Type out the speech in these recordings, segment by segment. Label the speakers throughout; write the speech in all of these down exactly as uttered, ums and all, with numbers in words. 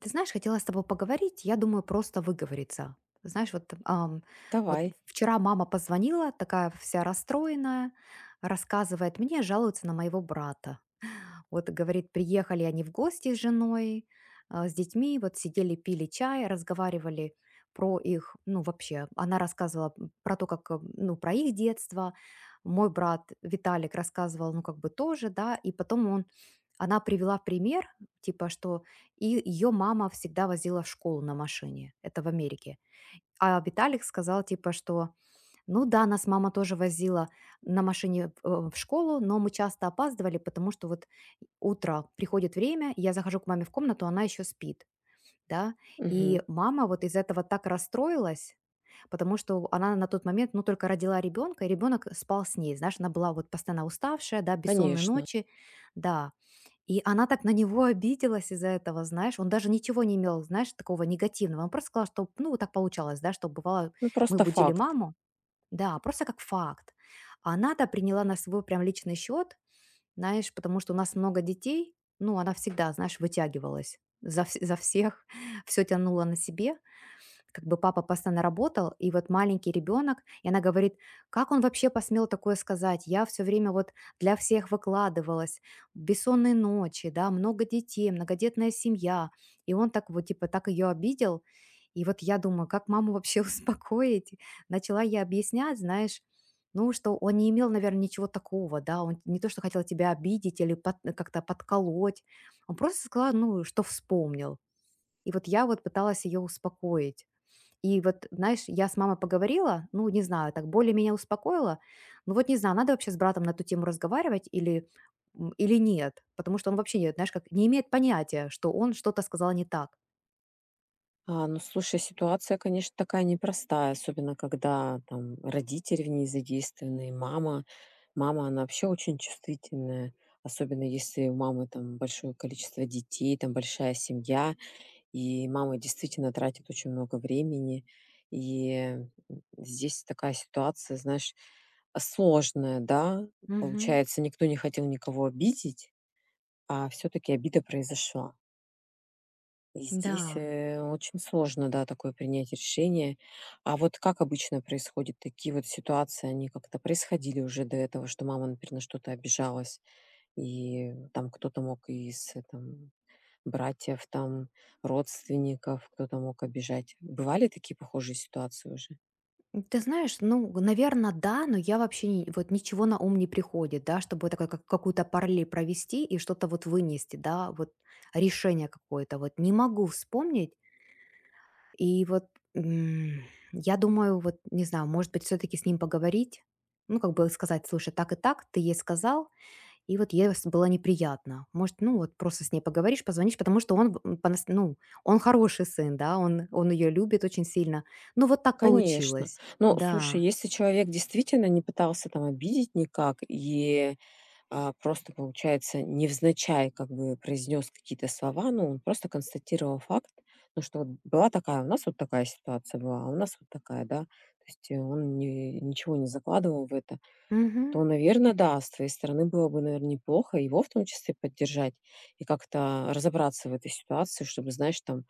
Speaker 1: Ты знаешь, хотела с тобой поговорить, я думаю, просто выговориться. Знаешь, вот, ам, вот
Speaker 2: Давай.
Speaker 1: вчера мама позвонила, такая вся расстроенная, рассказывает мне, жалуется на моего брата. Вот говорит, приехали они в гости с женой, а, с детьми, вот сидели, пили чай, разговаривали про их, ну вообще, она рассказывала м, про то, как, э, ну, про их детство, мой брат Виталик рассказывал, ну, как бы тоже, да, и потом он она привела пример, типа, что и ее мама всегда возила в школу на машине. Это в Америке. А Виталик сказал, типа, что, ну да, нас мама тоже возила на машине в э, в школу, но мы часто опаздывали, потому что вот утро приходит время, я захожу к маме в комнату, она еще спит, да, и
Speaker 2: Мгм.
Speaker 1: мама вот из этого так расстроилась, потому что она на тот момент, ну, только родила ребенка, и ребенок спал с ней, знаешь, она была вот постоянно уставшая, да, бессонные
Speaker 2: Конечно.
Speaker 1: ночи, да, и она так на него обиделась из-за этого, знаешь. Он даже ничего не имел, знаешь, такого негативного. Он просто сказал, что, ну, вот так получалось, да, что бывало,
Speaker 2: Ну,
Speaker 1: мы
Speaker 2: просто
Speaker 1: будили
Speaker 2: факт.
Speaker 1: маму, да, просто как факт. А она-то приняла на свой прям личный счет, знаешь, потому что у нас много детей, ну, она всегда, знаешь, вытягивалась за, вс- за всех, все тянула на себе. Как бы папа постоянно работал, и вот маленький ребенок, и она говорит, как он вообще посмел такое сказать? Я все время вот для всех выкладывалась, бессонные ночи, да, много детей, многодетная семья, и он так вот типа так ее обидел, и вот я думаю, как маму вообще успокоить? Начала я объяснять, знаешь, ну, что он не имел, наверное, ничего такого, да, он не то, что хотел тебя обидеть или под- э, как-то подколоть, он просто сказал, ну, что вспомнил. И вот я вот пыталась ее успокоить. И вот, знаешь, я с мамой поговорила, ну, не знаю, так более меня успокоила. Ну, вот не знаю, надо вообще с братом на эту тему разговаривать или, м, или нет, потому что он вообще, не- знаешь, как не имеет понятия, что он что-то сказал не так.
Speaker 2: А, ну, слушай, ситуация, конечно, такая непростая, особенно когда там родители в ней задействованы, и мама. Мама, она вообще очень чувствительная, особенно если у мамы там большое количество детей, там большая семья, и мама действительно тратит очень много времени. И м, здесь такая ситуация, знаешь, а, сложная, да?
Speaker 1: Мгм.
Speaker 2: Получается, никто не хотел никого обидеть, а все-таки обида произошла. И здесь,
Speaker 1: Да.
Speaker 2: э, очень сложно, да, такое принять решение. А вот как обычно происходит? Такие вот ситуации, они как-то происходили уже до этого, что мама, например, на что-то обижалась, и там кто-то мог из, э, там, братьев, там, родственников, кто-то мог обижать. Бывали такие похожие ситуации уже?
Speaker 1: М, Ты знаешь, ну, наверное, да, но я вообще не- вот ничего на ум не приходит, да, чтобы такая как, какую-то параллель провести и что-то вот вынести, да, вот решение какое-то. Вот не могу вспомнить, и вот, м, я думаю, вот, не знаю, может быть, все таки с ним поговорить. Ну, как бы сказать: "Слушай, так и так, ты ей сказал, и вот ей с было неприятно". Может, ну, вот просто с ней поговоришь, позвонишь, потому что он, б- м, понас ну, он хороший сын, да, он он ее любит очень сильно. Ну, вот так
Speaker 2: Конечно.
Speaker 1: получилось.
Speaker 2: Ну,
Speaker 1: Да.
Speaker 2: слушай, если человек действительно не пытался там обидеть никак и а, просто, получается, невзначай как бы произнес какие-то слова, ну, он просто констатировал факт, ну, что вот была такая, у нас вот такая ситуация была, а у нас вот такая, да. То есть э, он не, ничего не закладывал в это,
Speaker 1: Мгм.
Speaker 2: то, наверное, да, с твоей стороны было бы, наверное, неплохо его в том числе поддержать и как-то разобраться в этой ситуации, чтобы, знаешь, там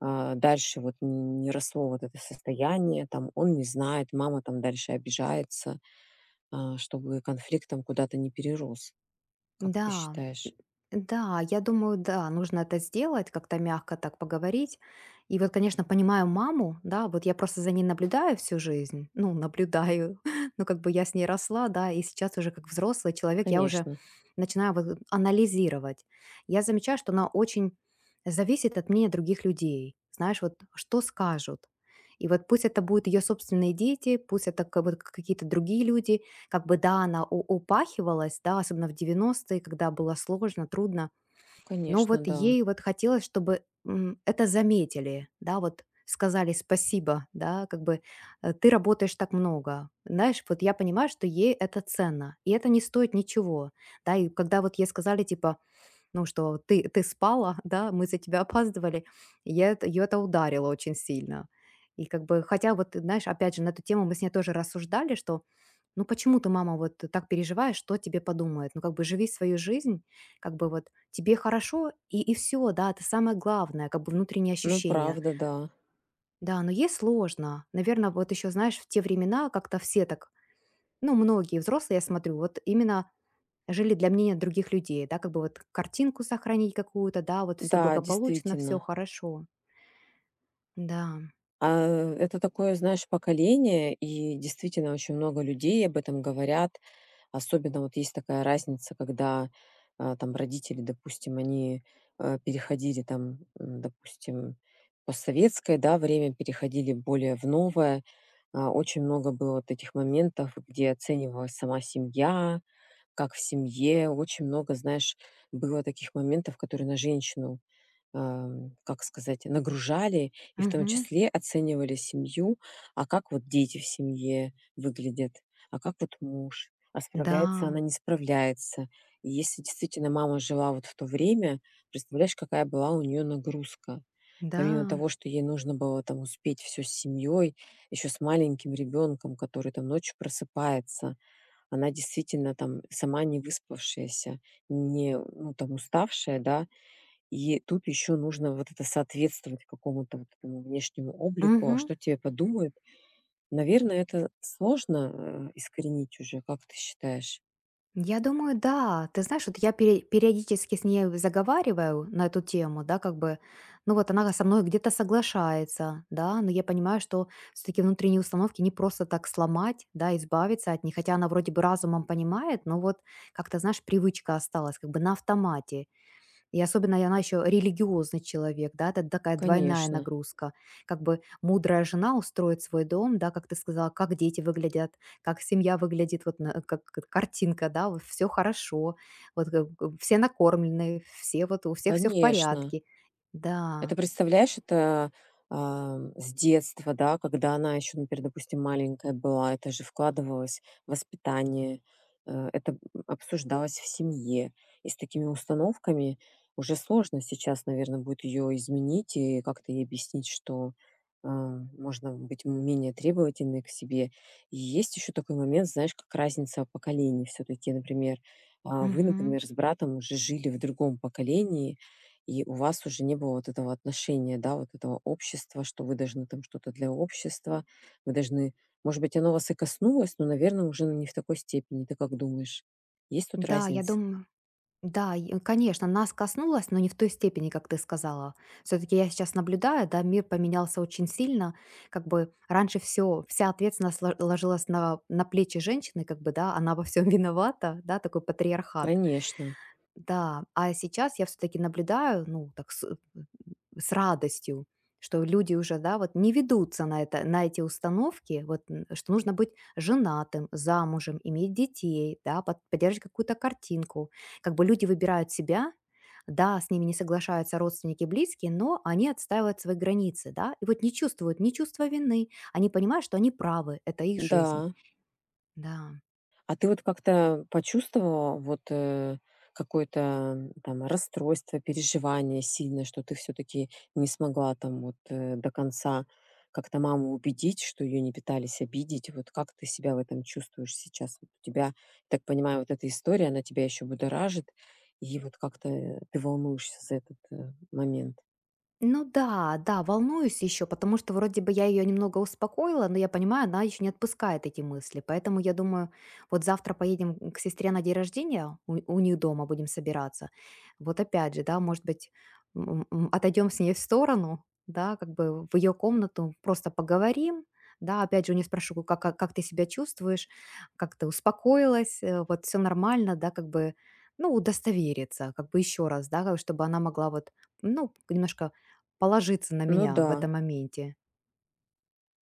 Speaker 2: а, дальше вот не, не росло вот это состояние, там он не знает, мама там дальше обижается, а, чтобы конфликт там куда-то не перерос. Как ты
Speaker 1: Да.
Speaker 2: считаешь?
Speaker 1: Да, я думаю, да, нужно это сделать, как-то мягко так поговорить. И вот, конечно, понимаю маму, да, вот я просто за ней наблюдаю всю жизнь, ну, наблюдаю, ну, как бы я с ней росла, да, и сейчас уже как взрослый человек я уже
Speaker 2: Конечно,
Speaker 1: начинаю вот анализировать. Я замечаю, что она очень зависит от мнения других людей, знаешь, вот что скажут. И вот пусть это будут ее собственные дети, пусть это как вот какие-то другие люди, как бы да, она у упахивалась, да, особенно в девяностые, когда было сложно, трудно, но вот
Speaker 2: конечно, да.
Speaker 1: ей вот хотелось, чтобы, м, это заметили, да, вот сказали спасибо, да, как бы, э, ты работаешь так много. Знаешь, вот я понимаю, что ей это ценно, и это не стоит ничего, да. И когда вот ей сказали, типа, ну, что ты ты спала, да, мы за тебя опаздывали. Я это её это ударило очень сильно. И как бы, хотя вот, ты знаешь, опять же, на эту тему мы с ней тоже рассуждали, что, ну, почему ты, мама, вот так переживаешь, что тебе подумают? Ну, как бы живи свою жизнь, как бы вот тебе хорошо, и, и все, да, это самое главное, как бы внутренние
Speaker 2: Ну,
Speaker 1: ощущения.
Speaker 2: правда, да.
Speaker 1: Да, но ей сложно. Наверное, вот еще, знаешь, в те времена как-то все так, ну, многие взрослые, я смотрю, вот именно жили для мнения других людей, да, как бы вот картинку сохранить какую-то, да, вот все
Speaker 2: Да,
Speaker 1: благополучно, все
Speaker 2: действительно.
Speaker 1: хорошо. Да,
Speaker 2: А, э, это такое, знаешь, поколение, и действительно очень много людей об этом говорят. Особенно вот есть такая разница, когда, а, там родители, допустим, они, а, переходили там, м, допустим, постсоветское, да, время, переходили более в новое. А, очень много было вот этих моментов, где оценивалась сама семья, как в семье. Очень много, знаешь, было таких моментов, которые на женщину ам, как сказать, нагружали и в том
Speaker 1: мгм,
Speaker 2: числе оценивали семью, а как вот дети в семье выглядят, а как вот муж, а
Speaker 1: да,
Speaker 2: справляется она, не справляется. И если действительно мама жила вот в то время, представляешь, какая была у нее нагрузка.
Speaker 1: да,
Speaker 2: Помимо того, что ей нужно было там успеть все с семьей, еще с маленьким ребенком, который там ночью просыпается, она действительно там сама не выспавшаяся, не ну, там уставшая, да, и тут еще нужно вот это соответствовать какому-то вот этому внешнему облику. А
Speaker 1: мгм.
Speaker 2: что тебе подумают? Наверное, это сложно, э, искоренить уже, как ты считаешь?
Speaker 1: Я думаю, да. Ты знаешь, вот я пере- периодически с ней заговариваю на эту тему, да, как бы, ну вот она со мной где-то соглашается, да, но я понимаю, что все-таки внутренние установки не просто так сломать, да, избавиться от них, хотя она вроде бы разумом понимает, но вот как-то, знаешь, привычка осталась как бы на автомате, и особенно и она еще религиозный человек, да, это такая двойная
Speaker 2: Конечно,
Speaker 1: нагрузка. Как бы мудрая жена устроит свой дом, да, как ты сказала, как дети выглядят, как семья выглядит, вот на- как как картинка, да, вот все хорошо, вот как бы все накормлены, все вот у всех все в
Speaker 2: конечно.
Speaker 1: порядке. Да,
Speaker 2: Это, представляешь, это, а, с детства, да, когда она еще, например, допустим, маленькая была, это же вкладывалось в воспитание, э, это, м, обсуждалось в семье. И с такими установками уже сложно сейчас, наверное, будет ее изменить и как-то ей объяснить, что, а, можно быть менее требовательной к себе. И есть еще такой момент, знаешь, как разница поколений все-таки. Например, а, вы,
Speaker 1: мгм.
Speaker 2: например, с братом уже жили в другом поколении. И у вас уже не было вот этого отношения, да, вот этого общества, что вы должны там что-то для общества, вы должны может быть, оно вас и коснулось, но, наверное, уже не в такой степени. Ты как думаешь? Есть тут
Speaker 1: Да, я
Speaker 2: разница?
Speaker 1: думаю, да, и, э, конечно, нас коснулось, но не в той степени, как ты сказала. Все-таки я сейчас наблюдаю, да, мир поменялся очень сильно. Как бы раньше все, вся ответственность ло- ложилась на, на плечи женщины, как бы, да, она во всем виновата, да, такой патриархат.
Speaker 2: Конечно.
Speaker 1: Да, а сейчас я все-таки наблюдаю, ну, так с- с радостью, что люди уже, да, вот не ведутся на это, на эти установки, вот, н- что нужно быть женатым, замужем, иметь детей, да, под- поддерживать какую-то картинку. Как бы люди выбирают себя, да, с ними не соглашаются родственники, близкие, но они отстаивают свои границы, да, и вот не чувствуют ни чувства вины, они понимают, что они правы, это их жизнь,
Speaker 2: Да.
Speaker 1: да.
Speaker 2: А ты вот как-то почувствовала вот, э, какое-то, м, там расстройство, переживание сильное, что ты все таки не смогла там вот, э, до конца как-то маму убедить, что ее не пытались обидеть? Вот как ты себя в этом чувствуешь сейчас? Вот у тебя, так понимаю, вот эта история, она тебя еще будоражит, и вот как-то, э, ты волнуешься за этот, э, момент.
Speaker 1: Ну да, да, волнуюсь еще, потому что вроде бы я ее немного успокоила, но я понимаю, она еще не отпускает эти мысли. Поэтому я думаю, вот завтра поедем к сестре на день рождения, у, у них дома будем собираться. Вот опять же, да, может быть, отойдем с ней в сторону, да, как бы в ее комнату, просто поговорим, да, опять же, у нее спрошу, как, как, как ты себя чувствуешь, как ты успокоилась, э, вот все нормально, да, как бы, ну, удостовериться, как бы еще раз, да, как бы чтобы она могла вот, ну, немножко положиться на
Speaker 2: Ну
Speaker 1: меня
Speaker 2: да.
Speaker 1: в этом моменте.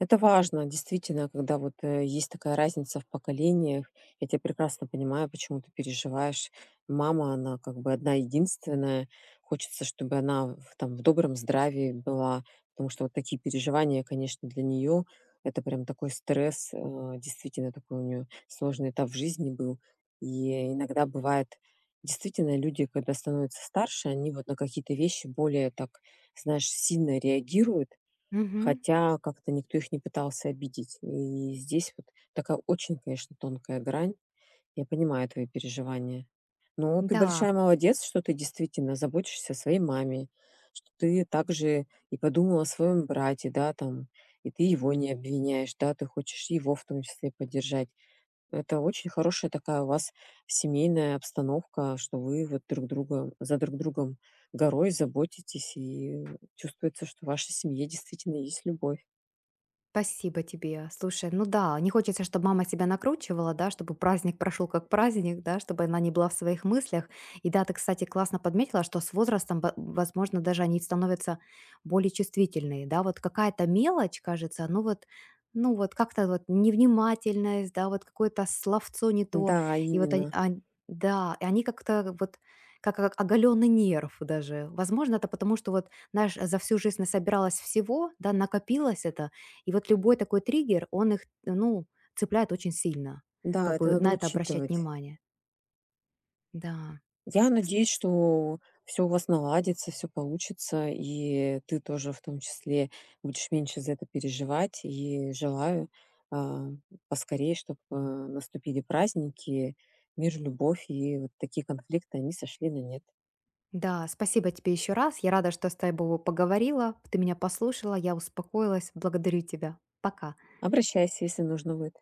Speaker 2: Это важно, действительно, когда вот э, есть такая разница в поколениях. Я тебя прекрасно понимаю, почему ты переживаешь. Мама, она как бы одна единственная. Хочется, чтобы она в, там, в добром здравии была, потому что вот такие переживания, конечно, для нее это прям такой стресс, э, действительно такой у нее сложный этап в жизни был. И иногда бывает, действительно, люди, когда становятся старше, они вот на какие-то вещи более так, знаешь, сильно реагируют.
Speaker 1: Мгм.
Speaker 2: Хотя как-то никто их не пытался обидеть. И здесь вот такая очень, конечно, тонкая грань. Я понимаю твои переживания. Но ты
Speaker 1: Да,
Speaker 2: большая молодец, что ты действительно заботишься о своей маме, что ты также и подумала о своем брате, да, там, и ты его не обвиняешь, да, ты хочешь его в том числе поддержать. Это очень хорошая такая у вас семейная обстановка, что вы вот друг друга, за друг другом горой заботитесь, и чувствуется, что в вашей семье действительно есть любовь.
Speaker 1: спасибо тебе. Слушай, ну да, не хочется, чтобы мама себя накручивала, да, чтобы праздник прошел как праздник, да, чтобы она не была в своих мыслях. И да, ты, кстати, классно подметила, что с возрастом, во- возможно, даже они становятся более чувствительные, да, вот какая-то мелочь, кажется, ну вот, ну вот как-то вот невнимательность, да, вот какое-то словцо не то,
Speaker 2: Да,
Speaker 1: и вот они,
Speaker 2: именно.
Speaker 1: ань- да, и они как-то вот как, как оголенный нерв даже. Возможно, это потому, что вот, знаешь, за всю жизнь насобиралось всего, да, накопилось это, и вот любой такой триггер, он их, ну, цепляет очень сильно.
Speaker 2: Да,
Speaker 1: Как
Speaker 2: это
Speaker 1: бы
Speaker 2: надо
Speaker 1: на это обращать
Speaker 2: учитывать.
Speaker 1: внимание. Да.
Speaker 2: Я
Speaker 1: С-
Speaker 2: надеюсь,
Speaker 1: с-
Speaker 2: что все у вас наладится, все получится, и ты тоже в том числе будешь меньше за это переживать. И желаю, а, поскорее, чтобы наступили праздники, мир, любовь, и вот такие конфликты, они сошли на нет.
Speaker 1: Да, спасибо тебе еще раз. Я рада, что с тобой поговорила. Ты меня послушала, я успокоилась. Благодарю тебя. Пока.
Speaker 2: Обращайся, если нужно будет.